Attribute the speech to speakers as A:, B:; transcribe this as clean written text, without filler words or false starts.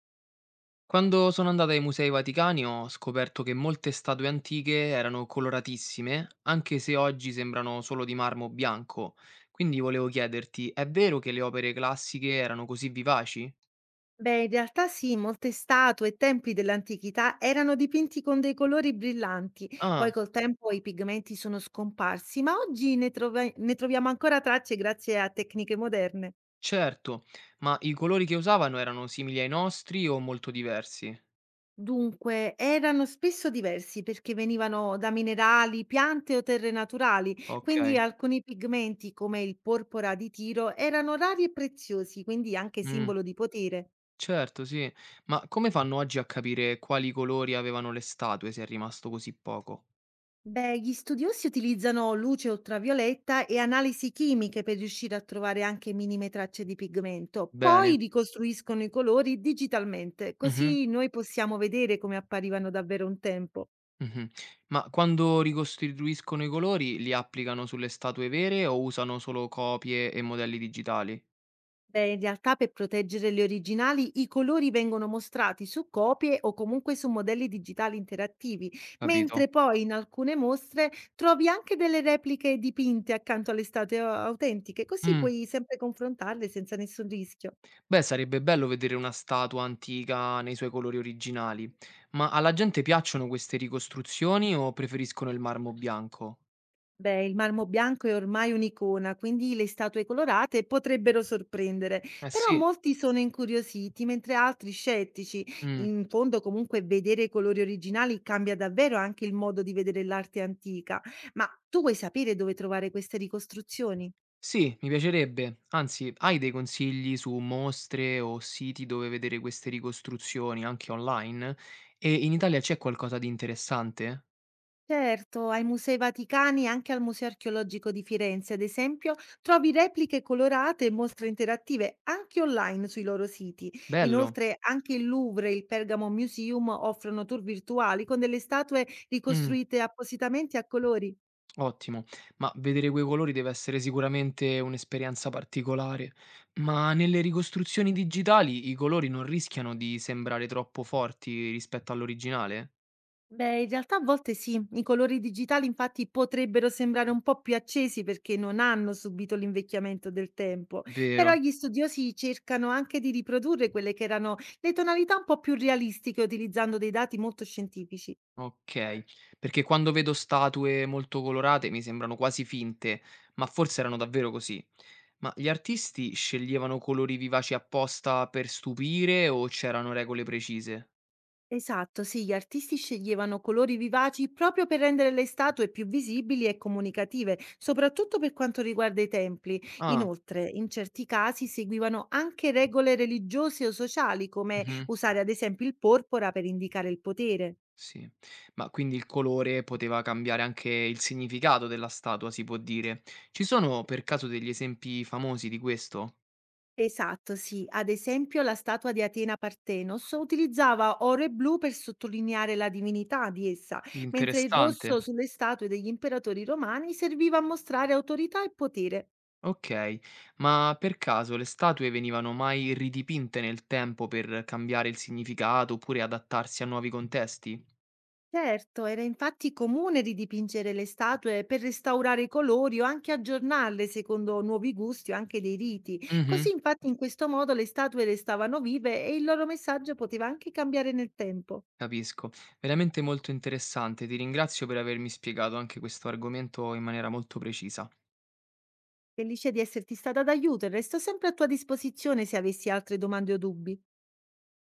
A: Quando sono andata ai Musei Vaticani ho scoperto che molte statue antiche erano coloratissime, anche se oggi sembrano solo di marmo bianco. Quindi volevo chiederti, è vero che le opere classiche erano così vivaci?
B: Beh, in realtà sì, molte statue e templi dell'antichità erano dipinti con dei colori brillanti, poi
A: Ah,
B: col tempo i pigmenti sono scomparsi, ma oggi ne troviamo ancora tracce grazie a tecniche moderne.
A: certo, ma i colori che usavano erano simili ai nostri o molto diversi?
B: Dunque, erano spesso diversi perché venivano da minerali, piante o terre naturali,
A: Ok,
B: quindi alcuni pigmenti come il porpora di Tiro erano rari e preziosi, quindi anche
A: mm,
B: simbolo di potere.
A: certo, sì. Ma come fanno oggi a capire quali colori avevano le statue se è rimasto così poco?
B: Beh, gli studiosi utilizzano luce ultravioletta e analisi chimiche per riuscire a trovare anche minime tracce di pigmento. Poi
A: Bene.
B: ricostruiscono i colori digitalmente,
A: Mhm.
B: così noi possiamo vedere come apparivano davvero un tempo.
A: Mh-mh. Ma quando ricostituiscono i colori li applicano sulle statue vere o usano solo copie e modelli digitali?
B: Beh, in realtà per proteggere le originali i colori vengono mostrati su copie o comunque su modelli digitali interattivi,
A: Capito?
B: mentre poi in alcune mostre trovi anche delle repliche dipinte accanto alle statue autentiche, così
A: Mh.
B: puoi sempre confrontarle senza nessun rischio.
A: Beh, sarebbe bello vedere una statua antica nei suoi colori originali. Ma alla gente piacciono queste ricostruzioni o preferiscono il marmo bianco?
B: Beh, il marmo bianco è ormai un'icona, quindi le statue colorate potrebbero sorprendere,
A: Eh
B: però
A: sì.
B: molti sono incuriositi, mentre altri scettici.
A: Mh.
B: In fondo, comunque, vedere i colori originali cambia davvero anche il modo di vedere l'arte antica. Ma tu vuoi sapere dove trovare queste ricostruzioni?
A: Sì, mi piacerebbe. Anzi, hai dei consigli su mostre o siti dove vedere queste ricostruzioni, anche online? E in Italia c'è qualcosa di interessante?
B: Certo, ai Musei Vaticani e anche al Museo Archeologico di Firenze, ad esempio, trovi repliche colorate e mostre interattive anche online sui loro siti.
A: Bello.
B: Inoltre, anche il Louvre e il Pergamo Museum offrono tour virtuali con delle statue
A: Mh,
B: ricostruite appositamente a colori.
A: ottimo. Ma vedere quei colori deve essere sicuramente un'esperienza particolare. Ma nelle ricostruzioni digitali i colori non rischiano di sembrare troppo forti rispetto all'originale?
B: Beh, in realtà a volte sì, i colori digitali infatti potrebbero sembrare un po' più accesi perché non hanno subito l'invecchiamento del tempo, però
A: Vero,
B: gli studiosi cercano anche di riprodurre quelle che erano le tonalità un po' più realistiche utilizzando dei dati molto scientifici.
A: okay. Perché quando vedo statue molto colorate mi sembrano quasi finte, ma forse erano davvero così. Ma gli artisti sceglievano colori vivaci apposta per stupire o c'erano regole precise?
B: Esatto, sì, gli artisti sceglievano colori vivaci proprio per rendere le statue più visibili e comunicative, soprattutto per quanto riguarda i templi.
A: Ah,
B: Inoltre, in certi casi seguivano anche regole religiose o sociali, come
A: mh-mh.
B: usare ad esempio il porpora per indicare il potere.
A: Sì. Ma quindi il colore poteva cambiare anche il significato della statua, si può dire. Ci sono per caso degli esempi famosi di questo?
B: Esatto, sì. Ad esempio, la statua di Atena Partenos utilizzava oro e blu per sottolineare la divinità di essa, mentre il rosso
A: Interessante.
B: sulle statue degli imperatori romani serviva a mostrare autorità e potere.
A: Ok, ma per caso le statue venivano mai ridipinte nel tempo per cambiare il significato oppure adattarsi a nuovi contesti?
B: Certo, era infatti comune ridipingere le statue per restaurare i colori o anche aggiornarle secondo nuovi gusti o anche dei riti. Così
A: Mhm,
B: infatti in questo modo le statue restavano vive e il loro messaggio poteva anche cambiare nel tempo.
A: capisco. Veramente molto interessante. Ti ringrazio per avermi spiegato anche questo argomento in maniera molto precisa.
B: Felice di esserti stata d'aiuto e resto sempre a tua disposizione se avessi altre domande o dubbi.